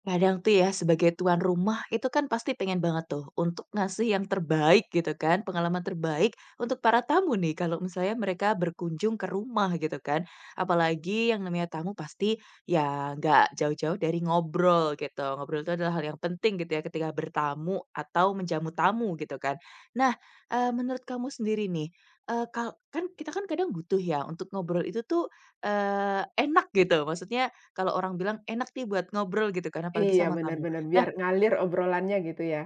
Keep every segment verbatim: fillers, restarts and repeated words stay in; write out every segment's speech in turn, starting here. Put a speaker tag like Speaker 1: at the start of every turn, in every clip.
Speaker 1: Kadang tuh ya sebagai tuan rumah itu kan pasti pengen banget tuh untuk ngasih yang terbaik gitu kan, pengalaman terbaik untuk para tamu nih kalau misalnya mereka berkunjung ke rumah gitu kan. Apalagi yang namanya tamu pasti ya nggak jauh-jauh dari ngobrol gitu. Ngobrol itu adalah hal yang penting gitu ya ketika bertamu atau menjamu tamu gitu kan. Nah, eee, menurut kamu sendiri nih, eee, kal kan kita kan kadang butuh ya untuk ngobrol itu tuh, eee, enak gitu maksudnya, kalau orang bilang enak nih buat ngobrol gitu kan, apalagi
Speaker 2: Iya,
Speaker 1: sama tamu.
Speaker 2: benar-benar
Speaker 1: Nah,
Speaker 2: biar ngalir obrolannya gitu ya.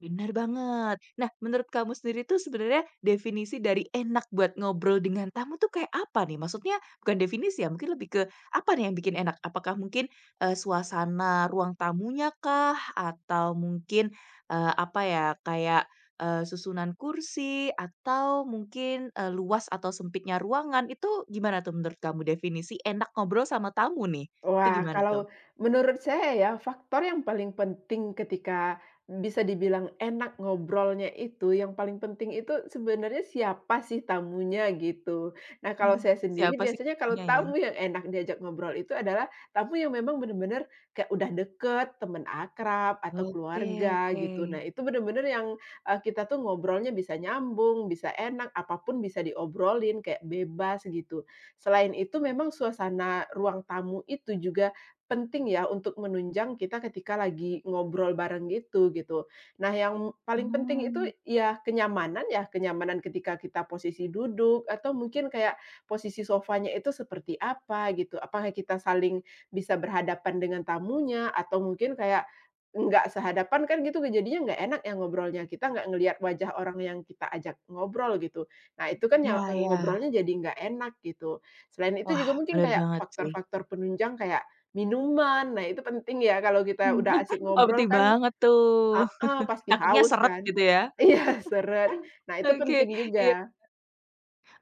Speaker 1: benar banget. Nah, menurut kamu sendiri tuh sebenarnya definisi dari enak buat ngobrol dengan tamu tuh kayak apa nih? Maksudnya bukan definisi ya, mungkin lebih ke apa nih yang bikin enak? Apakah mungkin, eee, suasana ruang tamunya kah? Atau mungkin, eee, apa ya, kayak, eee, susunan kursi atau mungkin, eee, luas atau sempitnya ruangan, itu gimana tuh menurut kamu definisi enak ngobrol sama tamu nih? Itu
Speaker 2: Wah,
Speaker 1: gimana
Speaker 2: kalau
Speaker 1: tuh?
Speaker 2: menurut saya ya, faktor yang paling penting ketika bisa dibilang enak ngobrolnya itu, yang paling penting itu sebenarnya siapa sih tamunya gitu. Nah, kalau
Speaker 1: Oh.
Speaker 2: saya sendiri
Speaker 1: Siapa sih
Speaker 2: biasanya kalau
Speaker 1: punya ya?
Speaker 2: tamu yang enak diajak ngobrol itu adalah tamu yang memang benar-benar kayak udah deket, temen akrab, atau
Speaker 1: Oke,
Speaker 2: keluarga
Speaker 1: oke.
Speaker 2: gitu. Nah, itu benar-benar yang, eee, kita tuh ngobrolnya bisa nyambung, bisa enak, apapun bisa diobrolin, kayak bebas gitu. Selain itu memang suasana ruang tamu itu juga penting ya untuk menunjang kita ketika lagi ngobrol bareng gitu, gitu. Nah yang paling penting itu
Speaker 1: Mmm,
Speaker 2: ya kenyamanan ya, kenyamanan ketika kita posisi duduk atau mungkin kayak posisi sofanya itu seperti apa gitu, apakah kita saling bisa berhadapan dengan tamunya atau mungkin kayak nggak sehadapan kan gitu jadinya nggak enak ya ngobrolnya, kita nggak ngelihat wajah orang yang kita ajak ngobrol gitu. Nah itu kan
Speaker 1: iya,
Speaker 2: ya,
Speaker 1: iya.
Speaker 2: ngobrolnya jadi nggak enak gitu. Selain itu
Speaker 1: Wah,
Speaker 2: juga mungkin
Speaker 1: bener
Speaker 2: kayak
Speaker 1: banget sih.
Speaker 2: faktor-faktor penunjang kayak minuman, nah itu penting ya kalau kita udah asik
Speaker 1: Opti
Speaker 2: ngobrol kan
Speaker 1: banget tuh.
Speaker 2: heeh, pasti
Speaker 1: Takutnya
Speaker 2: haus
Speaker 1: seret
Speaker 2: kan.
Speaker 1: gitu ya?
Speaker 2: Iya seret, nah itu
Speaker 1: Oke,
Speaker 2: penting
Speaker 1: iya.
Speaker 2: juga.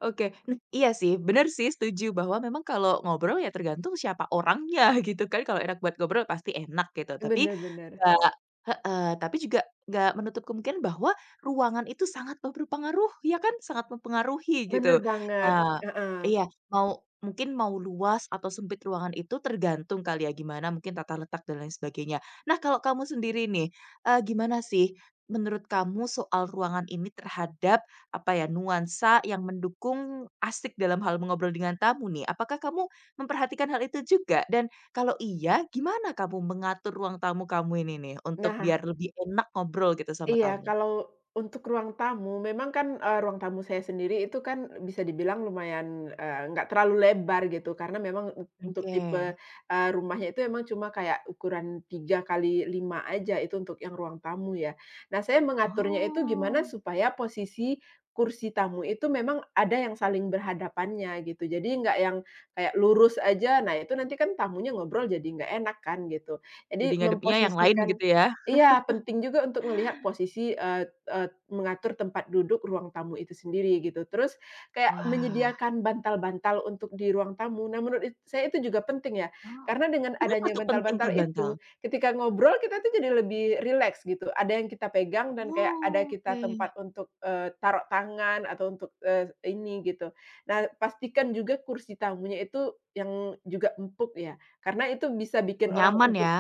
Speaker 1: Oke, nah iya sih, bener sih setuju bahwa memang kalau ngobrol ya tergantung siapa orangnya gitu kan, kalau enak buat ngobrol pasti enak gitu, tapi
Speaker 2: Bener bener,
Speaker 1: nggak. Heeh, tapi juga nggak menutup kemungkinan bahwa ruangan itu sangat berpengaruh ya kan, sangat mempengaruhi
Speaker 2: bener
Speaker 1: gitu.
Speaker 2: banget,
Speaker 1: Nah
Speaker 2: heeh.
Speaker 1: iya, mau mungkin mau luas atau sempit ruangan itu tergantung kali ya gimana mungkin tata letak dan lain sebagainya. Nah kalau kamu sendiri nih, eee, gimana sih menurut kamu soal ruangan ini terhadap apa ya, nuansa yang mendukung asik dalam hal mengobrol dengan tamu nih. Apakah kamu memperhatikan hal itu juga? Dan kalau iya, gimana kamu mengatur ruang tamu kamu ini nih, untuk
Speaker 2: Nah,
Speaker 1: biar lebih enak ngobrol gitu sama
Speaker 2: iya,
Speaker 1: tamu?
Speaker 2: kalau untuk ruang tamu memang kan, eee, ruang tamu saya sendiri itu kan bisa dibilang lumayan, eee, nggak terlalu lebar gitu karena memang un untuk
Speaker 1: Oke.
Speaker 2: tipe, eee, rumahnya itu memang cuma kayak ukuran tiga kali lima aja itu untuk yang ruang tamu ya. Nah saya mengaturnya itu gimana
Speaker 1: Oh,
Speaker 2: supaya posisi kursi tamu itu memang ada yang saling berhadapannya gitu, jadi nggak yang kayak lurus aja, nah itu nanti kan tamunya ngobrol jadi nggak enak kan gitu.
Speaker 1: jadi
Speaker 2: Jadi
Speaker 1: ngadepnya yang lain
Speaker 2: memposisikan,
Speaker 1: gitu ya?
Speaker 2: iya, penting juga untuk melihat posisi, eee eee, mengatur tempat duduk ruang tamu itu sendiri gitu. Terus kayak
Speaker 1: Wah,
Speaker 2: menyediakan bantal-bantal untuk di ruang tamu. Nah, menurut it saya itu juga penting ya,
Speaker 1: oh,
Speaker 2: karena dengan
Speaker 1: kenapa
Speaker 2: adanya
Speaker 1: tuh penting
Speaker 2: bantal-bantal
Speaker 1: tuh bantal?
Speaker 2: itu, ketika ngobrol kita tuh jadi lebih rileks gitu. Ada yang kita pegang dan kayak ada
Speaker 1: Oh,
Speaker 2: kita tempat
Speaker 1: oke.
Speaker 2: untuk, eee, taruh tangan atau untuk, eee, ini gitu. Nah, pastikan juga kursi tamunya itu yang juga empuk ya, karena itu bisa bikin orang
Speaker 1: Nyaman
Speaker 2: untuk,
Speaker 1: ya?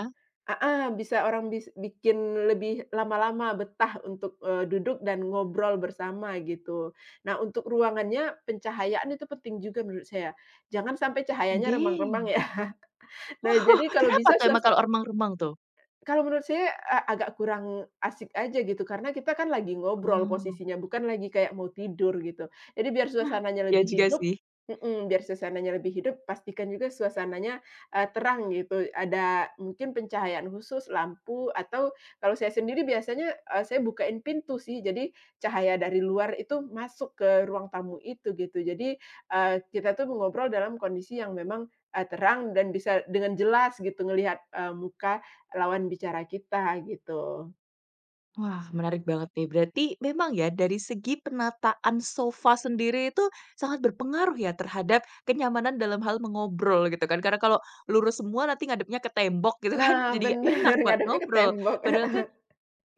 Speaker 2: heeh, bisa orang bis bikin lebih lama-lama betah untuk, eee, duduk dan ngobrol bersama gitu. Nah, untuk ruangannya pencahayaan itu penting juga menurut saya. Jangan sampai cahayanya remang-remang
Speaker 1: Penting.
Speaker 2: ya. Nah, jadi kalau
Speaker 1: Kenapa
Speaker 2: bisa
Speaker 1: tuh emang
Speaker 2: sese
Speaker 1: kalau remang-remang tuh?
Speaker 2: kalau menurut saya, a agak kurang asik aja gitu, karena kita kan lagi ngobrol
Speaker 1: Oh,
Speaker 2: posisinya, bukan lagi kayak mau tidur gitu. Jadi biar
Speaker 1: nah,
Speaker 2: suasananya
Speaker 1: iya
Speaker 2: lebih
Speaker 1: juga
Speaker 2: hidup,
Speaker 1: sih.
Speaker 2: mhm, biar suasananya lebih hidup, pastikan juga suasananya, eee, terang gitu, ada mungkin pencahayaan khusus, lampu, atau kalau saya sendiri biasanya, eee, saya bukain pintu sih, jadi cahaya dari luar itu masuk ke ruang tamu itu gitu. Jadi, eee, kita tuh mengobrol dalam kondisi yang memang, eee, terang dan bisa dengan jelas gitu ngelihat, eee, muka lawan bicara kita gitu.
Speaker 1: Wah, menarik banget nih. Berarti memang ya dari segi penataan sofa sendiri itu sangat berpengaruh ya terhadap kenyamanan dalam hal mengobrol gitu kan. Karena kalau lurus semua nanti ngadepnya ke tembok gitu kan,
Speaker 2: Nah
Speaker 1: jadi nggak enak
Speaker 2: bener,
Speaker 1: buat
Speaker 2: ngadepnya ke
Speaker 1: ngobrol.
Speaker 2: tembok.
Speaker 1: Padahal kan.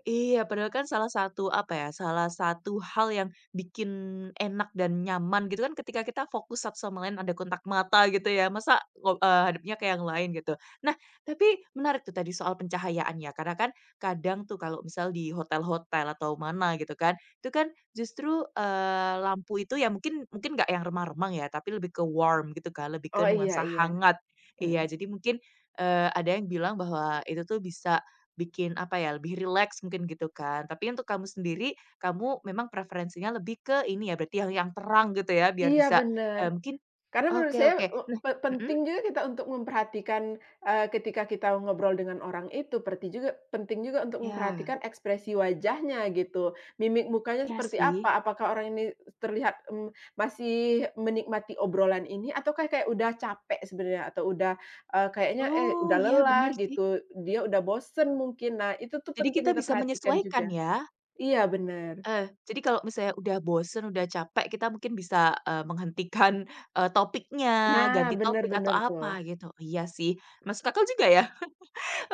Speaker 1: Iya, padahal kan salah satu, apa ya, salah satu hal yang bikin enak dan nyaman gitu kan ketika kita fokus satu sama lain ada kontak mata gitu ya, masa ngo eee, hadapnya ke yang lain gitu. Nah, tapi menarik tuh tadi soal pencahayaan ya, karena kan kadang tuh kalau misal di hotel-hotel atau mana gitu kan, itu kan justru, eee, lampu itu ya mungkin mungkin nggak yang remang-remang ya, tapi lebih ke warm gitu kan, lebih ke
Speaker 2: Oh, iya
Speaker 1: nuansa
Speaker 2: iya,
Speaker 1: hangat. Iya,
Speaker 2: mhm.
Speaker 1: jadi mungkin, eee, ada yang bilang bahwa itu tuh bisa bikin apa ya, lebih rileks mungkin gitu kan. Tapi untuk kamu sendiri, kamu memang preferensinya lebih ke ini ya, berarti yang yang terang gitu ya, biar
Speaker 2: Iya
Speaker 1: bisa, eee,
Speaker 2: bener.
Speaker 1: mungkin.
Speaker 2: Karena menurut
Speaker 1: Oke,
Speaker 2: saya,
Speaker 1: oke.
Speaker 2: eee,
Speaker 1: Nah,
Speaker 2: pe
Speaker 1: mhm,
Speaker 2: penting juga kita untuk memperhatikan, eee, ketika kita ngobrol dengan orang itu, perti juga penting juga untuk
Speaker 1: ya,
Speaker 2: memperhatikan ekspresi wajahnya gitu, mimik mukanya
Speaker 1: iya
Speaker 2: seperti
Speaker 1: sih.
Speaker 2: apa, apakah orang ini terlihat, mmm, masih menikmati obrolan ini atau kayak kayak udah capek sebenarnya atau udah, eee, kayaknya, eh,
Speaker 1: Oh,
Speaker 2: udah
Speaker 1: ya
Speaker 2: lelah
Speaker 1: bener sih.
Speaker 2: gitu, dia udah bosen mungkin. Nah, itu tuh
Speaker 1: Jadi kita
Speaker 2: penting kita
Speaker 1: bisa
Speaker 2: perhatikan
Speaker 1: menyesuaikan
Speaker 2: juga.
Speaker 1: ya?
Speaker 2: Iya benar.
Speaker 1: Eh jadi kalau misalnya udah bosen, udah capek, kita mungkin bisa, eee, menghentikan, eee, topiknya,
Speaker 2: Nah,
Speaker 1: ganti topik atau
Speaker 2: benar-benar tuh.
Speaker 1: apa gitu. Iya sih, masuk akal juga ya?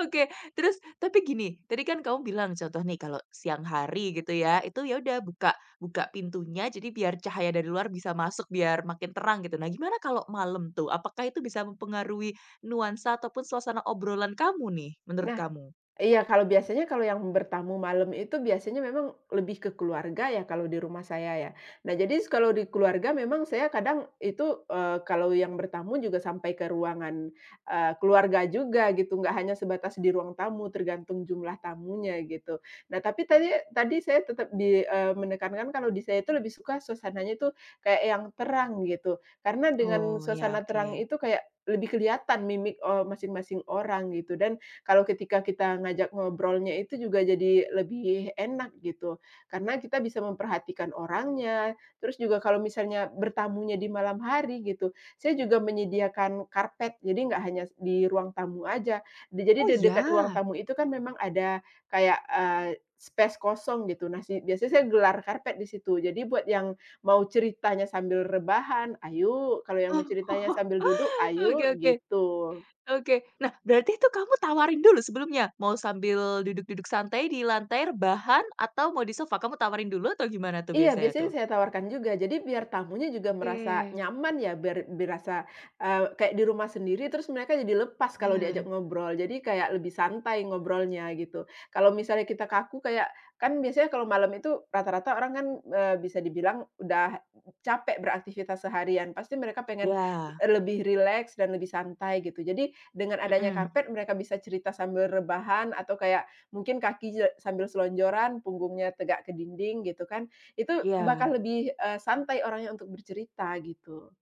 Speaker 1: Oke, terus tapi gini, tadi kan kamu bilang contoh nih kalau siang hari gitu ya, itu ya udah buka buka pintunya jadi biar cahaya dari luar bisa masuk biar makin terang gitu. Nah, gimana kalau malam tuh? Apakah itu bisa mempengaruhi nuansa ataupun suasana obrolan kamu nih menurut
Speaker 2: Nah,
Speaker 1: kamu?
Speaker 2: iya, kalau biasanya kalau yang bertamu malam itu biasanya memang lebih ke keluarga ya kalau di rumah saya ya. Nah, jadi kalau di keluarga memang saya kadang itu, eee, kalau yang bertamu juga sampai ke ruangan, eee, keluarga juga gitu, nggak hanya sebatas di ruang tamu, tergantung jumlah tamunya gitu. Nah, tapi tadi tadi saya tetap di eee, menekankan kalau di saya itu lebih suka suasananya itu kayak yang terang gitu. Karena dengan
Speaker 1: Oh, ya
Speaker 2: suasana
Speaker 1: oke.
Speaker 2: terang itu kayak lebih kelihatan mimik, eee, masing-masing orang gitu dan kalau ketika kita ngajak ngobrolnya itu juga jadi lebih enak gitu, karena kita bisa memperhatikan orangnya, terus juga kalau misalnya bertamunya di malam hari gitu, saya juga menyediakan karpet, jadi nggak hanya di ruang tamu aja. Di jadi
Speaker 1: Oh
Speaker 2: di dekat ruang
Speaker 1: ya?
Speaker 2: tamu itu kan memang ada kayak, eee, space kosong gitu, nah si biasanya saya gelar karpet di situ. Jadi buat yang mau ceritanya sambil rebahan, ayo, kalau yang mau ceritanya sambil duduk,
Speaker 1: Oke,
Speaker 2: ayo,
Speaker 1: oke.
Speaker 2: gitu.
Speaker 1: Oke. Nah, berarti itu kamu tawarin dulu sebelumnya, mau sambil duduk-duduk santai di lantai rebahan atau mau di sofa? Kamu tawarin dulu atau gimana tuh
Speaker 2: Iya,
Speaker 1: biasanya
Speaker 2: biasanya
Speaker 1: tuh?
Speaker 2: saya tawarkan juga. Jadi biar tamunya juga merasa
Speaker 1: Oke.
Speaker 2: nyaman ya, biar berasa, eee, kayak di rumah sendiri, terus mereka jadi lepas kalau diajak
Speaker 1: Iya.
Speaker 2: ngobrol. Jadi kayak lebih santai ngobrolnya gitu. Kalau misalnya kita kaku kayak kan biasanya kalau malam itu rata-rata orang kan, eee, bisa dibilang udah capek beraktivitas seharian, pasti mereka pengen,
Speaker 1: Iya.
Speaker 2: lebih rileks dan lebih santai gitu. Jadi dengan adanya
Speaker 1: Mhm.
Speaker 2: karpet mereka bisa cerita sambil rebahan atau kayak mungkin kaki sambil selonjoran, punggungnya tegak ke dinding gitu kan. Itu
Speaker 1: Iya.
Speaker 2: bakal lebih, eee, santai orangnya untuk bercerita gitu.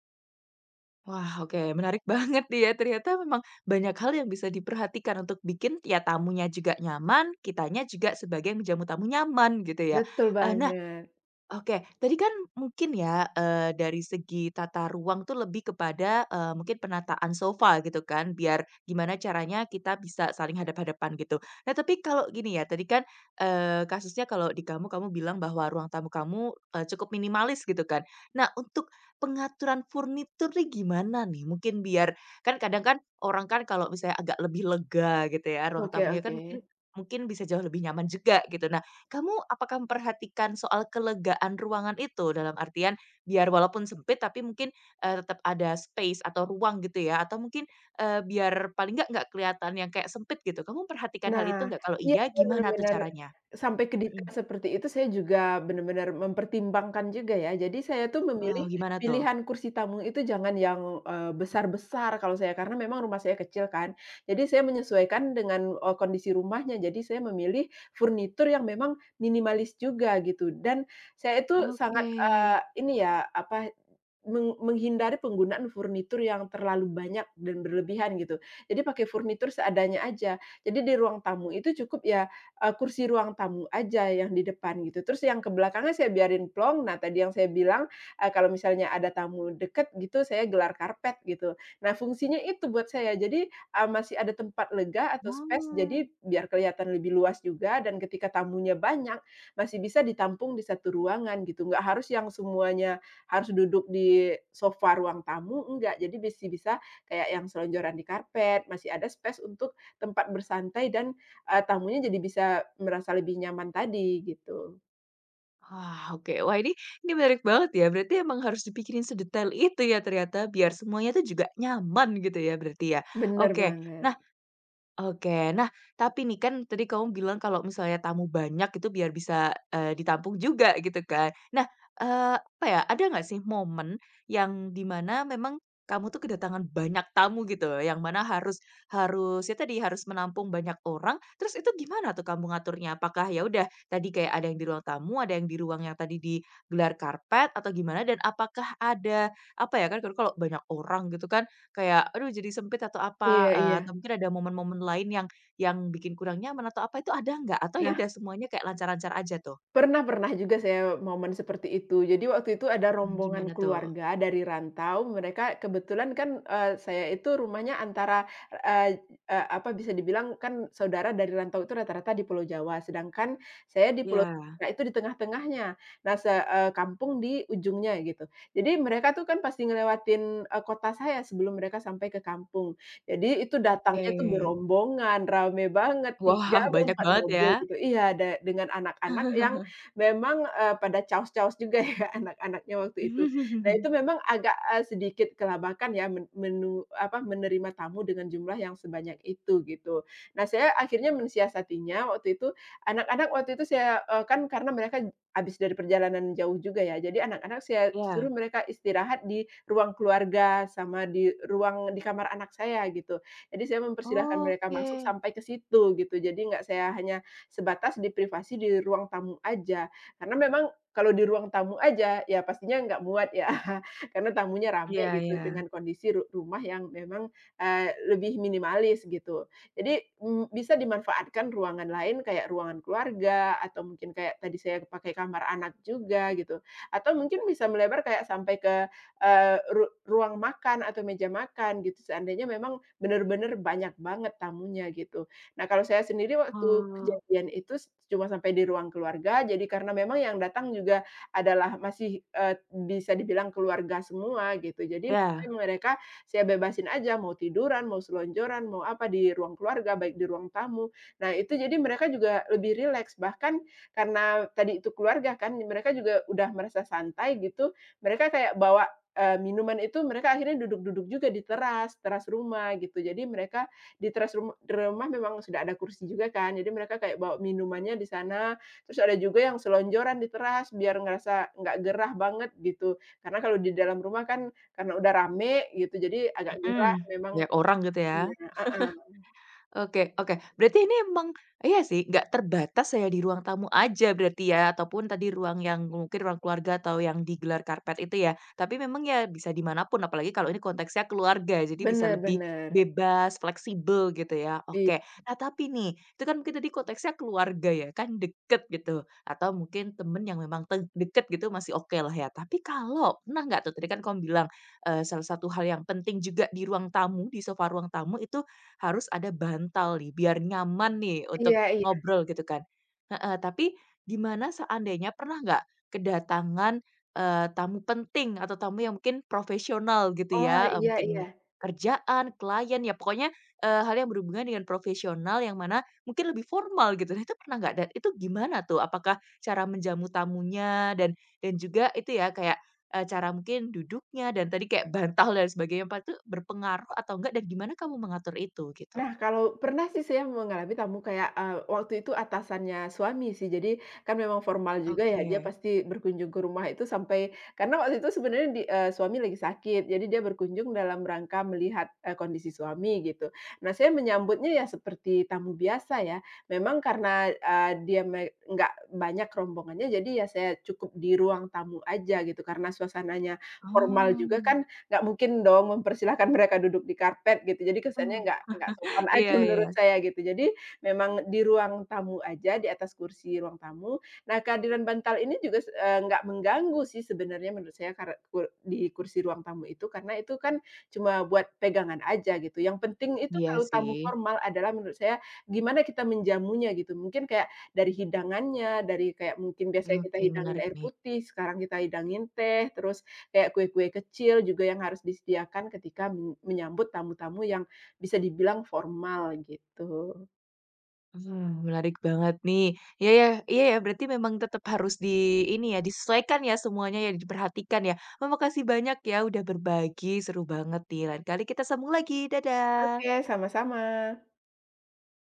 Speaker 1: Wah, oke menarik banget nih ya, ternyata memang banyak hal yang bisa diperhatikan untuk bikin ya tamunya juga nyaman, kitanya juga sebagai yang menjamu tamu nyaman gitu ya.
Speaker 2: Betul
Speaker 1: Eee, nah,
Speaker 2: banget.
Speaker 1: oke, tadi kan mungkin ya, eee, dari segi tata ruang tuh lebih kepada, eee, mungkin penataan sofa gitu kan, biar gimana caranya kita bisa saling hadap-hadapan gitu. Nah, tapi kalau gini ya, tadi kan, eee, kasusnya kalau di kamu, kamu bilang bahwa ruang tamu kamu, eee, cukup minimalis gitu kan. Nah, untuk pengaturan furnitur nih gimana nih? Mungkin biar kan kadang kan orang kan kalau misalnya agak lebih lega gitu ya, ruang
Speaker 2: Oke,
Speaker 1: tamunya
Speaker 2: oke.
Speaker 1: kan mungkin mungkin bisa jauh lebih nyaman juga gitu. Kamu apakah memperhatikan soal kelegaan ruangan itu? Dalam artian, biar walaupun sempit tapi mungkin, eee, tetap ada space atau ruang gitu ya? Atau mungkin, eee, biar paling nggak nggak kelihatan yang kayak sempit gitu? Kamu memperhatikan hal itu
Speaker 2: Nah,
Speaker 1: nggak? Kalau
Speaker 2: iya
Speaker 1: iya,
Speaker 2: iya, benar
Speaker 1: gimana tuh
Speaker 2: bener
Speaker 1: caranya?
Speaker 2: sampai ke detail
Speaker 1: Mhm.
Speaker 2: seperti itu saya juga benar-benar mempertimbangkan juga ya. Jadi saya tuh
Speaker 1: Oh,
Speaker 2: memilih
Speaker 1: gimana tuh?
Speaker 2: pilihan kursi tamu itu jangan yang, eee, besar-besar kalau saya karena memang rumah saya kecil kan. Jadi saya menyesuaikan dengan, eee, kondisi rumahnya. Jadi saya memilih furnitur yang memang minimalis juga gitu dan saya itu
Speaker 1: Oke.
Speaker 2: sangat, eee, ini ya, apa, meng menghindari penggunaan furnitur yang terlalu banyak dan berlebihan gitu. Jadi pakai furnitur seadanya aja. Jadi di ruang tamu itu cukup ya, eee, kursi ruang tamu aja yang di depan gitu, terus yang ke belakangnya saya biarin plong. Nah tadi yang saya bilang, eee, kalau misalnya ada tamu deket gitu, saya gelar karpet gitu. Nah fungsinya itu buat saya, jadi, eee, masih ada tempat lega atau space, jadi
Speaker 1: Oh.
Speaker 2: biar kelihatan lebih luas juga dan ketika tamunya banyak, masih bisa ditampung di satu ruangan gitu, nggak harus yang semuanya harus duduk di sofa ruang tamu, enggak. Jadi masih bisa kayak yang selonjoran di karpet, masih ada space untuk tempat bersantai dan, eee, tamunya jadi bisa merasa lebih nyaman tadi gitu.
Speaker 1: Wah, oke. Wah, ini ini menarik banget ya. Berarti emang harus dipikirin sedetail itu ya ternyata, biar semuanya tuh juga nyaman gitu ya berarti ya?
Speaker 2: Bener
Speaker 1: Oke.
Speaker 2: banget.
Speaker 1: Nah, oke. Nah, tapi nih kan tadi kamu bilang kalau misalnya tamu banyak itu biar bisa, eee, ditampung juga gitu kan. Nah, eee, apa ya, ada nggak sih momen yang dimana memang kamu tuh kedatangan banyak tamu gitu, yang mana harus harus ya tadi, harus menampung banyak orang, terus itu gimana tuh kamu ngaturnya? Apakah ya udah tadi kayak ada yang di ruang tamu, ada yang di ruang yang tadi digelar karpet atau gimana? Dan apakah ada apa ya, kan kalau kalau banyak orang gitu kan, kayak, aduh jadi sempit atau apa,
Speaker 2: Iya,
Speaker 1: eee,
Speaker 2: iya.
Speaker 1: atau mungkin ada momen-momen lain yang yang bikin kurang nyaman atau apa itu ada nggak? Atau ya
Speaker 2: Nah,
Speaker 1: udah semuanya kayak lancar-lancar aja tuh?
Speaker 2: Pernah pernah juga saya momen seperti itu. Jadi waktu itu ada
Speaker 1: Mmm,
Speaker 2: rombongan
Speaker 1: gimana tuh?
Speaker 2: keluarga dari rantau, mereka kebetulan kan, eee, saya itu rumahnya antara, eee eee, apa, bisa dibilang kan saudara dari rantau itu rata-rata di Pulau Jawa, sedangkan saya di Pulau
Speaker 1: Ya.
Speaker 2: Sumatera itu di tengah-tengahnya. Nah, se eee, kampung di ujungnya gitu. Jadi mereka tuh kan pasti ngelewatin, eee, kota saya sebelum mereka sampai ke kampung. Jadi itu datangnya tuh
Speaker 1: Oke.
Speaker 2: berombongan, rame banget,
Speaker 1: Wah,
Speaker 2: tiga, apa
Speaker 1: banyak
Speaker 2: empat
Speaker 1: banget ya.
Speaker 2: mobil gitu iya, da dengan anak-anak yang memang, eee, pada chaos-chaos juga ya anak-anaknya waktu itu. Nah itu memang agak, eee, sedikit kelabakan ya men menu apa, menerima tamu dengan jumlah yang sebanyak itu gitu. Nah saya akhirnya mensiasatinya waktu itu, anak-anak waktu itu saya, eee, kan karena mereka habis dari perjalanan jauh juga ya, jadi anak-anak saya
Speaker 1: Ya.
Speaker 2: suruh mereka istirahat di ruang keluarga sama di ruang di kamar anak saya gitu. Jadi saya mempersilahkan mereka masuk
Speaker 1: Oke.
Speaker 2: sampai ke situ gitu, jadi nggak saya hanya sebatas di privasi di ruang tamu aja. Karena memang kalau di ruang tamu aja, ya pastinya nggak muat ya, karena tamunya
Speaker 1: Iya,
Speaker 2: rame
Speaker 1: iya.
Speaker 2: gitu dengan kondisi ru rumah yang memang, eee, lebih minimalis gitu. Jadi, mmm, bisa dimanfaatkan ruangan lain kayak ruangan keluarga atau mungkin kayak tadi saya pakai kamar anak juga gitu, atau mungkin bisa melebar kayak sampai ke, eee, ru ruang makan atau meja makan gitu, seandainya memang benar-benar banyak banget tamunya gitu. Nah, kalau saya sendiri waktu
Speaker 1: Oh,
Speaker 2: kejadian itu s cuma sampai di ruang keluarga, jadi karena memang yang datang juga adalah masih, eee, bisa dibilang keluarga semua gitu. Jadi
Speaker 1: ya,
Speaker 2: mereka saya bebasin aja, mau tiduran, mau selonjoran, mau apa di ruang keluarga, baik di ruang tamu. Nah, itu jadi mereka juga lebih rileks, bahkan karena tadi itu keluarga kan, mereka juga udah merasa santai gitu, mereka kayak bawa, eee, minuman itu mereka akhirnya duduk-duduk juga di teras, teras rumah gitu. Jadi mereka di teras rum rumah memang sudah ada kursi juga kan, jadi mereka kayak bawa minumannya di sana, terus ada juga yang selonjoran di teras biar ngerasa nggak gerah banget gitu. Karena kalau di dalam rumah kan karena udah rame gitu, jadi agak gerah
Speaker 1: mhm,
Speaker 2: memang,
Speaker 1: banyak orang gitu ya?
Speaker 2: iya, heeh.
Speaker 1: Oke, oke. Berarti ini emang iya sih, nggak terbatas saya di ruang tamu aja berarti ya, ataupun tadi ruang yang mungkin ruang keluarga atau yang digelar karpet itu ya. Tapi memang ya bisa dimanapun. Apalagi kalau ini konteksnya keluarga, jadi bisa
Speaker 2: Bener
Speaker 1: lebih
Speaker 2: bener.
Speaker 1: bebas, fleksibel gitu ya,
Speaker 2: I
Speaker 1: oke. Nah tapi nih, itu kan mungkin tadi konteksnya keluarga ya, kan deket gitu, atau mungkin temen yang memang te deket gitu masih oke lah ya. Tapi kalau pernah nggak tuh, tadi kan kamu bilang, eee, salah satu hal yang penting juga di ruang tamu, di sofa ruang tamu itu harus ada bantal nih, biar nyaman nih untuk
Speaker 2: iya iya.
Speaker 1: ngobrol gitu kan. Heeh, tapi gimana seandainya pernah nggak kedatangan, eee, tamu penting atau tamu yang mungkin profesional gitu
Speaker 2: Oh,
Speaker 1: ya, eee,
Speaker 2: iya
Speaker 1: mungkin
Speaker 2: iya.
Speaker 1: kerjaan, klien, ya pokoknya, eee, hal yang berhubungan dengan profesional yang mana mungkin lebih formal gitu. Nah, itu pernah nggak? Dan itu gimana tuh? Apakah cara menjamu tamunya dan dan juga itu ya kayak Eee, cara mungkin duduknya dan tadi kayak bantal dan sebagainya, apa itu berpengaruh atau enggak dan gimana kamu mengatur itu gitu?
Speaker 2: Nah, kalau pernah sih saya mengalami tamu kayak, eee, waktu itu atasannya suami sih. Jadi, kan memang formal juga ya, dia
Speaker 1: Oke.
Speaker 2: pasti berkunjung ke rumah itu sampai karena waktu itu sebenarnya di eee, suami lagi sakit, jadi dia berkunjung dalam rangka melihat, eee, kondisi suami gitu. Nah, saya menyambutnya ya seperti tamu biasa ya. Memang karena, eee, dia me nggak banyak rombongannya, jadi ya saya cukup di ruang tamu aja gitu, karena suasananya formal juga
Speaker 1: Oh.
Speaker 2: kan nggak mungkin dong mempersilahkan mereka duduk di karpet gitu, jadi kesannya nggak nggak sopan aja
Speaker 1: Iya, iya.
Speaker 2: menurut saya gitu. Jadi memang di ruang tamu aja, di atas kursi ruang tamu. Nah kehadiran bantal ini juga s eee, nggak mengganggu sih sebenarnya menurut saya kar kur di kursi ruang tamu itu, karena itu kan cuma buat pegangan aja gitu. Yang penting itu
Speaker 1: Iya
Speaker 2: kalau tamu
Speaker 1: sih.
Speaker 2: formal adalah menurut saya gimana kita menjamunya gitu, mungkin kayak dari hidangannya, dari kayak mungkin biasanya kita
Speaker 1: Oke,
Speaker 2: hidangin
Speaker 1: menarik
Speaker 2: air
Speaker 1: nih.
Speaker 2: putih, sekarang kita hidangin teh, terus kayak kue-kue kecil juga yang harus disediakan ketika men menyambut tamu-tamu yang bisa dibilang formal gitu.
Speaker 1: Mmm, menarik banget nih. Iya ya, iya ya, berarti memang tetap harus di ini ya, disesuaikan ya semuanya ya, diperhatikan ya. Terima kasih banyak ya udah berbagi, seru banget nih. Lain kali kita sambung lagi,
Speaker 2: Oke,
Speaker 1: dadah.
Speaker 2: sama-sama.